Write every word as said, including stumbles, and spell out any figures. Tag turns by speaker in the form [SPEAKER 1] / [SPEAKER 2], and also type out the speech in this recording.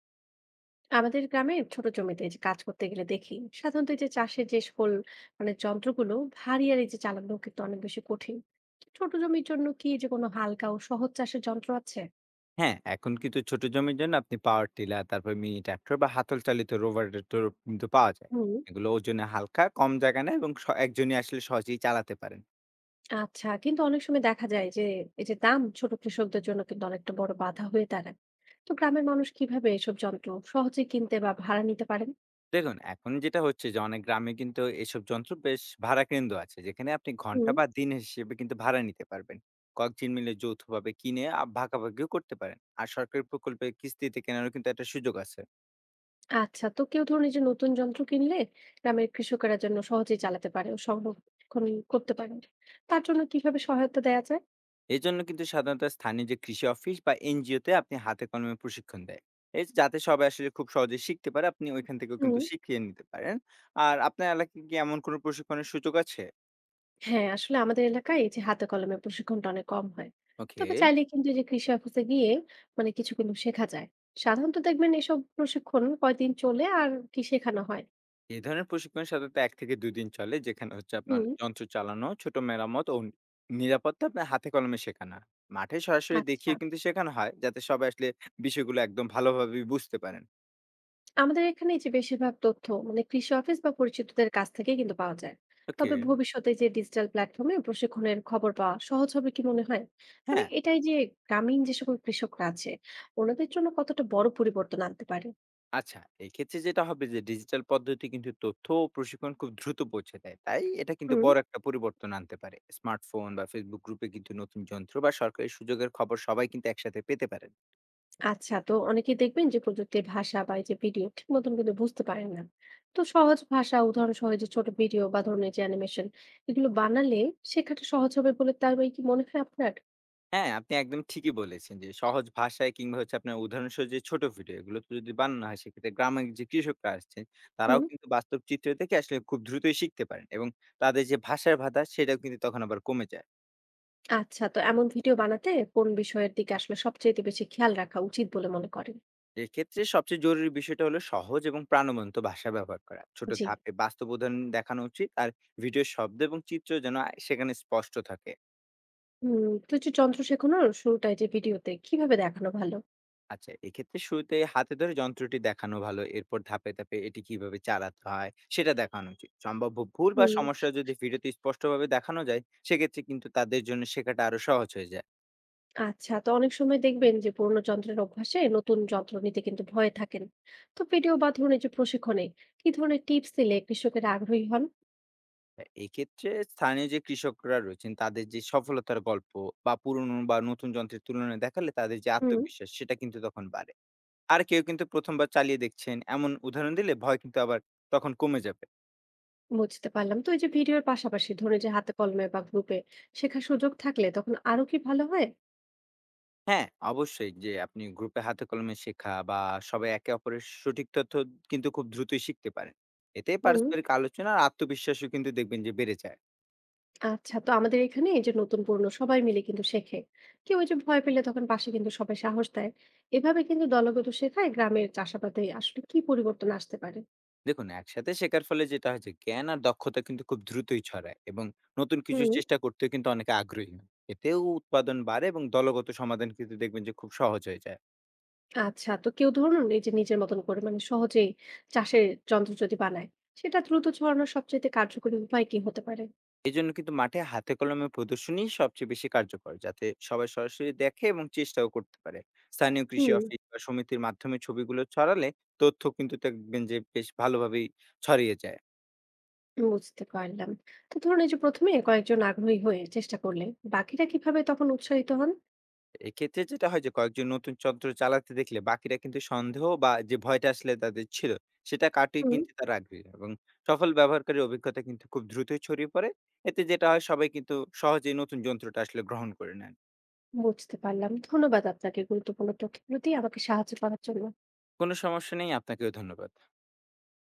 [SPEAKER 1] আমাদের গ্রামের ছোট জমিতে এই যে কাজ করতে গেলে দেখি সাধারণত এই যে চাষের যে সকল মানে যন্ত্রগুলো ভারী আর এই যে চালানো কিন্তু অনেক বেশি কঠিন। ছোট জমির জন্য কি এই যে কোনো হালকা ও সহজ চাষের যন্ত্র আছে?
[SPEAKER 2] হ্যাঁ, এখন কিন্তু ছোট জমির জন্য আপনি পাওয়ার টিলার, তারপর মিনি ট্রাক্টর বা হাতল চালিত রোভার ট্রাক্টর কিন্তু পাওয়া যায়।
[SPEAKER 1] হুম।
[SPEAKER 2] এগুলো ওজনে হালকা, কম জায়গা নেয় এবং স একজনই আসলে সহজেই চালাতে পারেন।
[SPEAKER 1] আচ্ছা কিন্তু অনেক সময় দেখা যায় যে এই যে দাম ছোট কৃষকদের জন্য কিন্তু অনেকটা বড় বাধা হয়ে দাঁড়ায়। তো গ্রামের মানুষ কিভাবে এসব যন্ত্র সহজে কিনতে বা ভাড়া নিতে পারেন?
[SPEAKER 2] দেখুন, এখন যেটা হচ্ছে যে অনেক গ্রামে কিন্তু এসব যন্ত্র বেশ ভাড়া কেন্দ্র আছে, যেখানে আপনি
[SPEAKER 1] হুম।
[SPEAKER 2] ঘন্টা বা দিন হিসেবে কিন্তু ভাড়া নিতে পারবেন। কয়েকজন মিলে যৌথভাবে কিনে আ ভাগাভাগিও করতে পারেন। আর সরকারি প্রকল্পে কিস্তিতে কেনারও কিন্তু একটা সুযোগ আছে।
[SPEAKER 1] আচ্ছা তো কেউ ধরুন এই যে নতুন যন্ত্র কিনলে গ্রামের কৃষকেরা যেন সহজেই চালাতে পারে ও সংরক্ষণ করতে পারে, তার জন্য কিভাবে সহায়তা দেওয়া যায়?
[SPEAKER 2] এজন্য কিন্তু সাধারণত স্থানীয় যে কৃষি অফিস বা এনজিওতে আপনি হাতে কলমে প্রশিক্ষণ দেয়। এই যাতে সবাই আসলে খুব সহজে শিখতে পারে, আপনি ওইখান থেকেও
[SPEAKER 1] হুম।
[SPEAKER 2] কিন্তু শিখিয়ে নিতে পারেন। আর আপনার এলাকায় কি এমন কোনো প্রশিক্ষণের সুযোগ আছে?
[SPEAKER 1] হ্যাঁ আসলে আমাদের এলাকায় এই যে হাতে কলমে প্রশিক্ষণটা অনেক কম হয়।
[SPEAKER 2] ওকে।
[SPEAKER 1] তবে চাইলে কিন্তু এই যে কৃষি অফিসে গিয়ে মানে কিছু কিন্তু শেখা যায়। সাধারণত দেখবেন এসব প্রশিক্ষণ কয়দিন চলে আর কি শেখানো হয়?
[SPEAKER 2] এই ধরনের প্রশিক্ষণ সাধারণত এক থেকে দুই দিন চলে, যেখানে হচ্ছে আপনার
[SPEAKER 1] হুম।
[SPEAKER 2] যন্ত্র চালানো, ছোট মেরামত ও নিরাপত্তা আপনার হাতে কলমে শেখানো হয়। মাঠে সরাসরি
[SPEAKER 1] আচ্ছা
[SPEAKER 2] দেখিয়ে কিন্তু শেখানো হয় যাতে সবাই আসলে বিষয়গুলো একদম ভালোভাবে বুঝতে পারেন।
[SPEAKER 1] আমাদের এখানে যে বেশিরভাগ তথ্য মানে কৃষি অফিস বা পরিচিতদের কাছ থেকেই কিন্তু পাওয়া যায়।
[SPEAKER 2] ওকে।
[SPEAKER 1] তবে ভবিষ্যতে যে ডিজিটাল প্ল্যাটফর্মে প্রশিক্ষণের খবর পাওয়া সহজ হবে কি মনে হয়? মানে
[SPEAKER 2] হ্যাঁ।
[SPEAKER 1] এটাই যে গ্রামীণ যে সকল কৃষকরা আছে ওনাদের জন্য কতটা বড় পরিবর্তন আনতে পারে?
[SPEAKER 2] আচ্ছা, এক্ষেত্রে যেটা হবে যে ডিজিটাল পদ্ধতি কিন্তু তথ্য ও প্রশিক্ষণ খুব দ্রুত পৌঁছে দেয়। তাই এটা কিন্তু
[SPEAKER 1] হুম।
[SPEAKER 2] বড় একটা পরিবর্তন আনতে পারে। স্মার্টফোন বা Facebook গ্রুপে কিন্তু নতুন যন্ত্র বা সরকারি সুযোগের খবর সবাই কিন্তু একসাথে পেতে পারেন।
[SPEAKER 1] আচ্ছা তো অনেকেই দেখবেন যে প্রযুক্তির ভাষা বা এই যে ভিডিও ঠিক মতন কিন্তু বুঝতে পারেন না। তো সহজ ভাষা উদাহরণ সহ যে ছোট ভিডিও বা ধরনের যে অ্যানিমেশন এগুলো বানালে শেখাটা সহজ হবে বলে তার কি মনে হয় আপনার?
[SPEAKER 2] হ্যাঁ, আপনি একদম ঠিকই বলেছেন যে সহজ ভাষায় কিংবা হচ্ছে আপনার উদাহরণসহ যে ছোট ভিডিও এগুলো তো যদি বানানো হয়, সেক্ষেত্রে গ্রামের যে কৃষকরা আসছেন তারাও
[SPEAKER 1] হুম।
[SPEAKER 2] কিন্তু বাস্তব চিত্র থেকে আসলে খুব দ্রুতই শিখতে পারেন এবং তাদের যে ভাষার বাধা সেটাও কিন্তু তখন আবার কমে যায়।
[SPEAKER 1] আচ্ছা তো এমন ভিডিও বানাতে কোন বিষয়ের দিকে আসলে সবচেয়ে বেশি খেয়াল রাখা উচিত বলে মনে করেন?
[SPEAKER 2] এক্ষেত্রে সবচেয়ে জরুরি বিষয়টা হলো সহজ এবং প্রাণবন্ত ভাষা ব্যবহার করা। ছোট
[SPEAKER 1] জি।
[SPEAKER 2] ধাপে বাস্তব উদাহরণ দেখানো উচিত। আর ভিডিওর শব্দ এবং চিত্র যেন আ সেখানে স্পষ্ট থাকে।
[SPEAKER 1] হুম, তো যে যন্ত্র শেখানোর শুরুটায় যে ভিডিওতে কিভাবে দেখানো ভালো?
[SPEAKER 2] আচ্ছা, এক্ষেত্রে শুরুতে হাতে ধরে যন্ত্রটি দেখানো ভালো। এরপর ধাপে, ধাপে এটি কিভাবে চালাতে হয় সেটা দেখানো উচিত। সম্ভাব্য ভুল বা
[SPEAKER 1] হুম।
[SPEAKER 2] সমস্যা যদি ভিডিওতে স্পষ্টভাবে দেখানো যায়, সেক্ষেত্রে কিন্তু তাদের জন্য শেখাটা আরো সহজ হয়ে যায়।
[SPEAKER 1] আচ্ছা তো অনেক সময় দেখবেন যে পুরোনো যন্ত্রের অভ্যাসে নতুন যন্ত্র নিতে কিন্তু ভয়ে থাকেন। তো ভিডিও বা ধরুন এই যে প্রশিক্ষণে কি ধরনের টিপস দিলে কৃষকেরা আগ্রহী হন?
[SPEAKER 2] তা এক্ষেত্রে স্থানীয় যে কৃষকরা রয়েছেন তাদের যে সফলতার গল্প বা পুরনো বা নতুন যন্ত্রের তুলনায় দেখালে তাদের যে
[SPEAKER 1] হুম।
[SPEAKER 2] আত্মবিশ্বাস সেটা কিন্তু তখন বাড়ে। আর কেউ কিন্তু প্রথম বার চালিয়ে দেখছেন, এমন উদাহরণ দিলে ভয় কিন্তু আবার তখন কমে যাবে।
[SPEAKER 1] বুঝতে পারলাম, তো এই যে ভিডিওর পাশাপাশি ধরুন এই যে হাতে কলমে বা গ্রুপে শেখার সুযোগ থাকলে তখন আরো কি ভালো হয়?
[SPEAKER 2] হ্যাঁ, অবশ্যই যে আপনি গ্রুপে হাতে কলমে শেখা বা সবাই একে অপরের সঠিক তথ্য কিন্তু খুব দ্রুতই শিখতে পারেন। এতে
[SPEAKER 1] হুম।
[SPEAKER 2] পারস্পরিক আলোচনা আর আত্মবিশ্বাসও কিন্তু দেখবেন যে বেড়ে যায়।
[SPEAKER 1] আচ্ছা তো আমাদের এখানে এই যে নতুন পুরনো সবাই মিলে কিন্তু শেখে। কেউ ওই যে ভয় পেলে তখন পাশে কিন্তু সবাই সাহস দেয়। এভাবে কিন্তু দলগত শেখায় গ্রামের চাষাবাদে আসলে কি পরিবর্তন আসতে পারে?
[SPEAKER 2] দেখুন, একসাথে শেখার ফলে যেটা হয় যে জ্ঞান আর দক্ষতা কিন্তু খুব দ্রুতই ছড়ায় এবং নতুন কিছু
[SPEAKER 1] হুম।
[SPEAKER 2] চেষ্টা করতেও কিন্তু অনেকে আগ্রহী হয়। এতেও উৎপাদন বাড়ে এবং দলগত সমাধান কিন্তু দেখবেন যে খুব সহজ হয়ে যায়।
[SPEAKER 1] আচ্ছা তো কেউ ধরুন এই যে নিজের মতন করে মানে সহজেই চাষের যন্ত্র যদি বানায় সেটা দ্রুত ছড়ানোর সবচেয়ে কার্যকরী উপায় কি হতে পারে?
[SPEAKER 2] এজন্য কিন্তু মাঠে হাতে কলমে প্রদর্শনী সবচেয়ে বেশি কার্যকর, যাতে সবাই সরাসরি দেখে এবং চেষ্টাও করতে পারে। স্থানীয় কৃষি
[SPEAKER 1] হুম।
[SPEAKER 2] অফিস বা সমিতির মাধ্যমে ছবিগুলো ছড়ালে তথ্য কিন্তু দেখবেন যে বেশ ভালোভাবেই ছড়িয়ে যায়।
[SPEAKER 1] বুঝতে পারলাম, তো ধরুন এই যে প্রথমে কয়েকজন আগ্রহী হয়ে চেষ্টা করলে বাকিরা কিভাবে তখন উৎসাহিত হন?
[SPEAKER 2] এক্ষেত্রে যেটা হয় যে কয়েকজন নতুন যন্ত্র চালাতে দেখলে বাকিরা কিন্তু সন্দেহ বা যে ভয়টা আসলে তাদের ছিল সেটা কাটিয়ে
[SPEAKER 1] হুম।
[SPEAKER 2] কিন্তু তারা আগ্রহী এবং সফল ব্যবহারকারীর অভিজ্ঞতা কিন্তু খুব দ্রুতই ছড়িয়ে পড়ে। এতে যেটা হয় সবাই কিন্তু সহজেই নতুন যন্ত্রটা আসলে গ্রহণ করে নেন।
[SPEAKER 1] বুঝতে পারলাম, ধন্যবাদ আপনাকে গুরুত্বপূর্ণ তথ্যগুলো দিয়ে আমাকে সাহায্য করার জন্য।
[SPEAKER 2] কোনো সমস্যা নেই, আপনাকেও ধন্যবাদ।